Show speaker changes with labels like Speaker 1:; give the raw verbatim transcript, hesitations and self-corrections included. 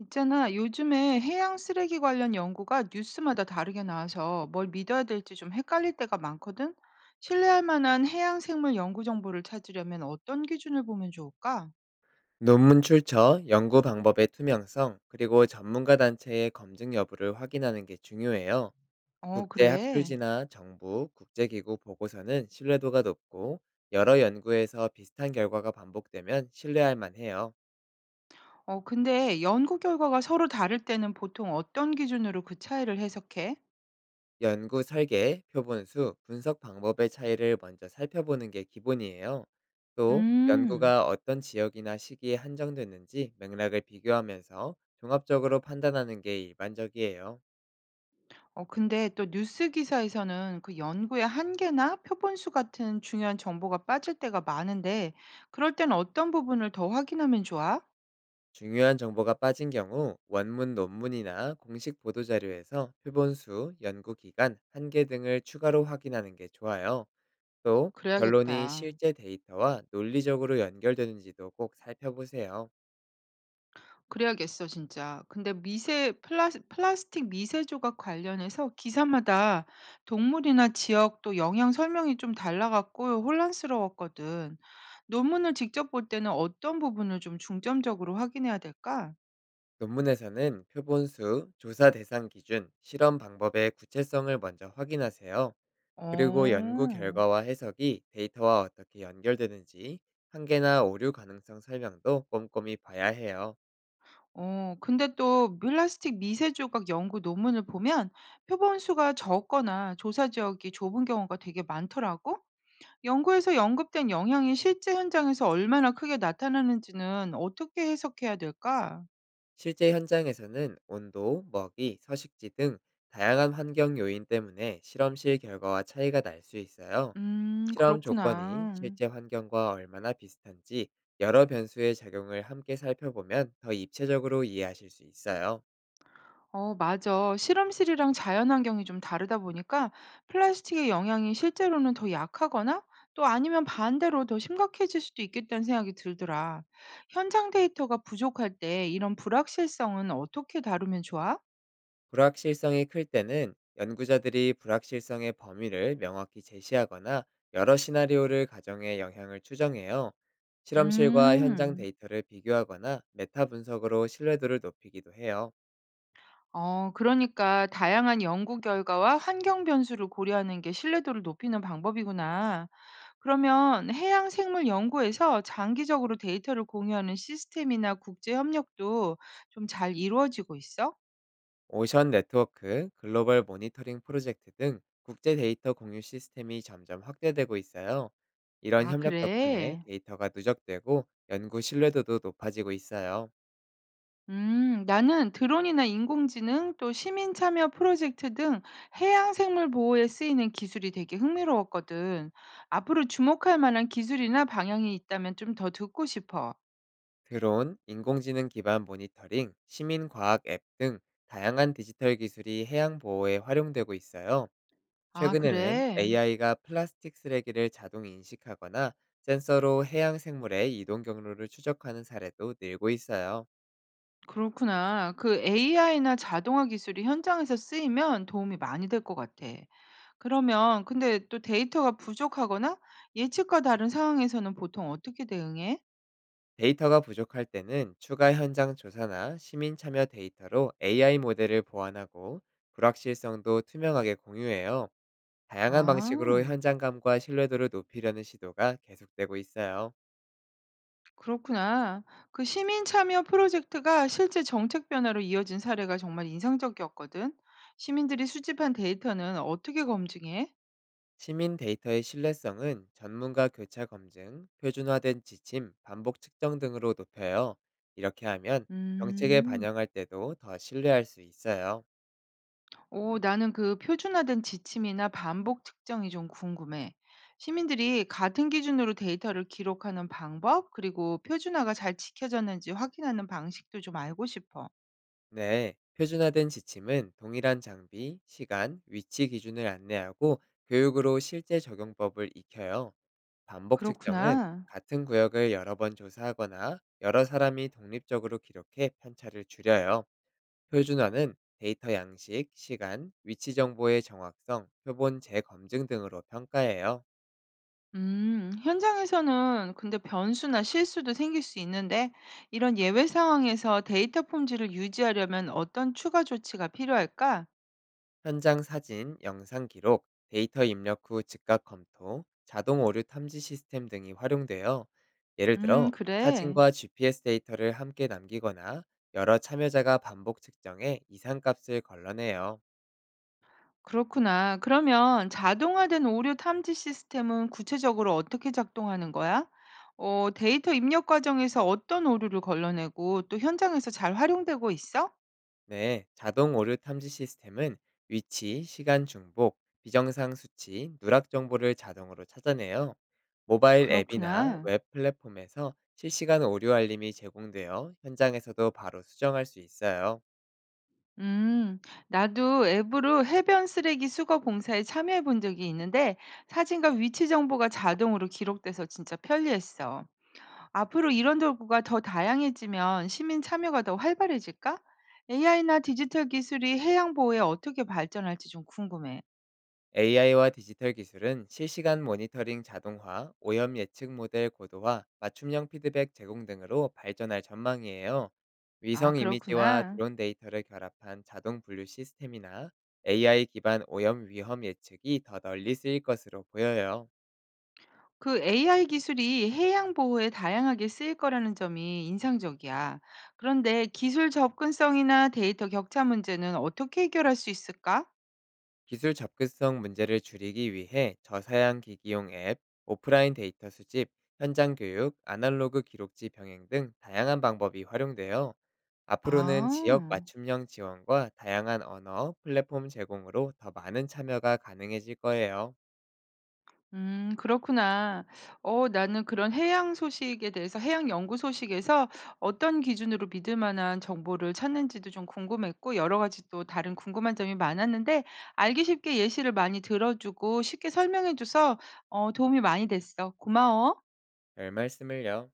Speaker 1: 있잖아, 요즘에 해양 쓰레기 관련 연구가 뉴스마다 다르게 나와서 뭘 믿어야 될지 좀 헷갈릴 때가 많거든? 신뢰할 만한 해양 생물 연구 정보를 찾으려면 어떤 기준을 보면 좋을까?
Speaker 2: 논문 출처, 연구 방법의 투명성, 그리고 전문가 단체의 검증 여부를 확인하는 게 중요해요.
Speaker 1: 어,
Speaker 2: 국제
Speaker 1: 그래.
Speaker 2: 학술지나 정부, 국제기구 보고서는 신뢰도가 높고 여러 연구에서 비슷한 결과가 반복되면 신뢰할 만해요.
Speaker 1: 어, 근데 연구 결과가 서로 다를 때는 보통 어떤 기준으로 그 차이를 해석해?
Speaker 2: 연구 설계, 표본 수, 분석 방법의 차이를 먼저 살펴보는 게 기본이에요. 또
Speaker 1: 음.
Speaker 2: 연구가 어떤 지역이나 시기에 한정됐는지 맥락을 비교하면서 종합적으로 판단하는 게 일반적이에요.
Speaker 1: 어, 근데 또 뉴스 기사에서는 그 연구의 한계나 표본수 같은 중요한 정보가 빠질 때가 많은데, 그럴 땐 어떤 부분을 더 확인하면 좋아?
Speaker 2: 중요한 정보가 빠진 경우 원문 논문이나 공식 보도자료에서 표본수, 연구기간, 한계 등을 추가로 확인하는 게 좋아요. 또 결론이
Speaker 1: 그래야겠다.
Speaker 2: 실제 데이터와 논리적으로 연결되는지도 꼭 살펴보세요.
Speaker 1: 그래야겠어 진짜. 근데 미세 플라스 플라스틱 미세 조각 관련해서 기사마다 동물이나 지역 또 영향 설명이 좀 달라 갖고 혼란스러웠거든. 논문을 직접 볼 때는 어떤 부분을 좀 중점적으로 확인해야 될까?
Speaker 2: 논문에서는 표본수, 조사 대상 기준, 실험 방법의 구체성을 먼저 확인하세요. 그리고 연구
Speaker 1: 어.
Speaker 2: 결과와 해석이 데이터와 어떻게 연결되는지, 한계나 오류 가능성 설명도 꼼꼼히 봐야 해요.
Speaker 1: 어 근데 또 플라스틱 미세 조각 연구 논문을 보면 표본 수가 적거나 조사 지역이 좁은 경우가 되게 많더라고. 연구에서 언급된 영향이 실제 현장에서 얼마나 크게 나타나는지는 어떻게 해석해야 될까?
Speaker 2: 실제 현장에서는 온도, 먹이, 서식지 등 다양한 환경 요인 때문에 실험실 결과와 차이가 날 수 있어요.
Speaker 1: 음,
Speaker 2: 실험 조건이
Speaker 1: 그렇구나.
Speaker 2: 실제 환경과 얼마나 비슷한지 여러 변수의 작용을 함께 살펴보면 더 입체적으로 이해하실 수 있어요.
Speaker 1: 어, 맞아. 실험실이랑 자연환경이 좀 다르다 보니까 플라스틱의 영향이 실제로는 더 약하거나 또 아니면 반대로 더 심각해질 수도 있겠다는 생각이 들더라. 현장 데이터가 부족할 때 이런 불확실성은 어떻게 다루면 좋아?
Speaker 2: 불확실성이 클 때는 연구자들이 불확실성의 범위를 명확히 제시하거나 여러 시나리오를 가정해 영향을 추정해요. 실험실과 현장
Speaker 1: 음.
Speaker 2: 데이터를 비교하거나 메타 분석으로 신뢰도를 높이기도 해요.
Speaker 1: 어, 그러니까 다양한 연구 결과와 환경 변수를 고려하는 게 신뢰도를 높이는 방법이구나. 그러면 해양 생물 연구에서 장기적으로 데이터를 공유하는 시스템이나 국제 협력도 좀 잘 이루어지고 있어?
Speaker 2: 오션 네트워크, 글로벌 모니터링 프로젝트 등 국제 데이터 공유 시스템이 점점 확대되고 있어요. 이런
Speaker 1: 아,
Speaker 2: 협력 덕분에
Speaker 1: 그래.
Speaker 2: 데이터가 누적되고 연구 신뢰도도 높아지고 있어요.
Speaker 1: 음, 나는 드론이나 인공지능 또 시민 참여 프로젝트 등 해양 생물 보호에 쓰이는 기술이 되게 흥미로웠거든. 앞으로 주목할 만한 기술이나 방향이 있다면 좀 더 듣고 싶어.
Speaker 2: 드론, 인공지능 기반 모니터링, 시민과학 앱 등 다양한 디지털 기술이 해양 보호에 활용되고 있어요.
Speaker 1: 아,
Speaker 2: 최근에는
Speaker 1: 그래.
Speaker 2: 에이아이가 플라스틱 쓰레기를 자동 인식하거나 센서로 해양 생물의 이동 경로를 추적하는 사례도 늘고 있어요.
Speaker 1: 그렇구나. 그 에이아이나 자동화 기술이 현장에서 쓰이면 도움이 많이 될 것 같아. 그러면 근데 또 데이터가 부족하거나 예측과 다른 상황에서는 보통 어떻게 대응해?
Speaker 2: 데이터가 부족할 때는 추가 현장 조사나 시민 참여 데이터로 에이아이 모델을 보완하고 불확실성도 투명하게 공유해요. 다양한
Speaker 1: 아,
Speaker 2: 방식으로 현장감과 신뢰도를 높이려는 시도가 계속되고 있어요.
Speaker 1: 그렇구나. 그 시민 참여 프로젝트가 실제 정책 변화로 이어진 사례가 정말 인상적이었거든. 시민들이 수집한 데이터는 어떻게 검증해?
Speaker 2: 시민 데이터의 신뢰성은 전문가 교차 검증, 표준화된 지침, 반복 측정 등으로 높여요. 이렇게 하면 정책에
Speaker 1: 음.
Speaker 2: 반영할 때도 더 신뢰할 수 있어요.
Speaker 1: 오, 나는 그 표준화된 지침이나 반복 측정이 좀 궁금해. 시민들이 같은 기준으로 데이터를 기록하는 방법, 그리고 표준화가 잘 지켜졌는지 확인하는 방식도 좀 알고 싶어.
Speaker 2: 네, 표준화된 지침은 동일한 장비, 시간, 위치 기준을 안내하고 교육으로 실제 적용법을 익혀요. 반복 측정은
Speaker 1: 그렇구나.
Speaker 2: 같은 구역을 여러 번 조사하거나 여러 사람이 독립적으로 기록해 편차를 줄여요. 표준화는 데이터 양식, 시간, 위치 정보의 정확성, 표본 재검증 등으로 평가해요.
Speaker 1: 음, 현장에서는 근데 변수나 실수도 생길 수 있는데, 이런 예외 상황에서 데이터 품질을 유지하려면 어떤 추가 조치가 필요할까?
Speaker 2: 현장 사진, 영상 기록, 데이터 입력 후 즉각 검토, 자동 오류 탐지 시스템 등이 활용되어 예를
Speaker 1: 음,
Speaker 2: 들어
Speaker 1: 그래.
Speaker 2: 사진과 지피에스 데이터를 함께 남기거나 여러 참여자가 반복 측정해 이상값을 걸러내요.
Speaker 1: 그렇구나. 그러면 자동화된 오류 탐지 시스템은 구체적으로 어떻게 작동하는 거야? 어, 데이터 입력 과정에서 어떤 오류를 걸러내고 또 현장에서 잘 활용되고 있어?
Speaker 2: 네, 자동 오류 탐지 시스템은 위치, 시간 중복, 비정상 수치, 누락 정보를 자동으로 찾아내요. 모바일 앱이나
Speaker 1: 그렇구나.
Speaker 2: 웹 플랫폼에서 실시간 오류 알림이 제공되어 현장에서도 바로 수정할 수 있어요.
Speaker 1: 음, 나도 앱으로 해변 쓰레기 수거 봉사에 참여해 본 적이 있는데 사진과 위치 정보가 자동으로 기록돼서 진짜 편리했어. 앞으로 이런 도구가 더 다양해지면 시민 참여가 더 활발해질까? 에이아이나 디지털 기술이 해양 보호에 어떻게 발전할지 좀 궁금해.
Speaker 2: 에이아이와 디지털 기술은 실시간 모니터링 자동화, 오염 예측 모델 고도화, 맞춤형 피드백 제공 등으로 발전할 전망이에요.
Speaker 1: 아,
Speaker 2: 위성 이미지와
Speaker 1: 그렇구나.
Speaker 2: 드론 데이터를 결합한 자동 분류 시스템이나 에이아이 기반 오염 위험 예측이 더 널리 쓰일 것으로 보여요.
Speaker 1: 그 에이아이 기술이 해양 보호에 다양하게 쓰일 거라는 점이 인상적이야. 그런데 기술 접근성이나 데이터 격차 문제는 어떻게 해결할 수 있을까?
Speaker 2: 기술 접근성 문제를 줄이기 위해 저사양 기기용 앱, 오프라인 데이터 수집, 현장 교육, 아날로그 기록지 병행 등 다양한 방법이 활용되어 앞으로는 지역
Speaker 1: 아.
Speaker 2: 맞춤형 지원과 다양한 언어, 플랫폼 제공으로 더 많은 참여가 가능해질 거예요.
Speaker 1: 음 그렇구나. 어 나는 그런 해양 소식에 대해서 해양 연구 소식에서 어떤 기준으로 믿을 만한 정보를 찾는지도 좀 궁금했고 여러 가지 또 다른 궁금한 점이 많았는데 알기 쉽게 예시를 많이 들어 주고 쉽게 설명해 줘서 어 도움이 많이 됐어. 고마워.
Speaker 2: 별 말씀을요.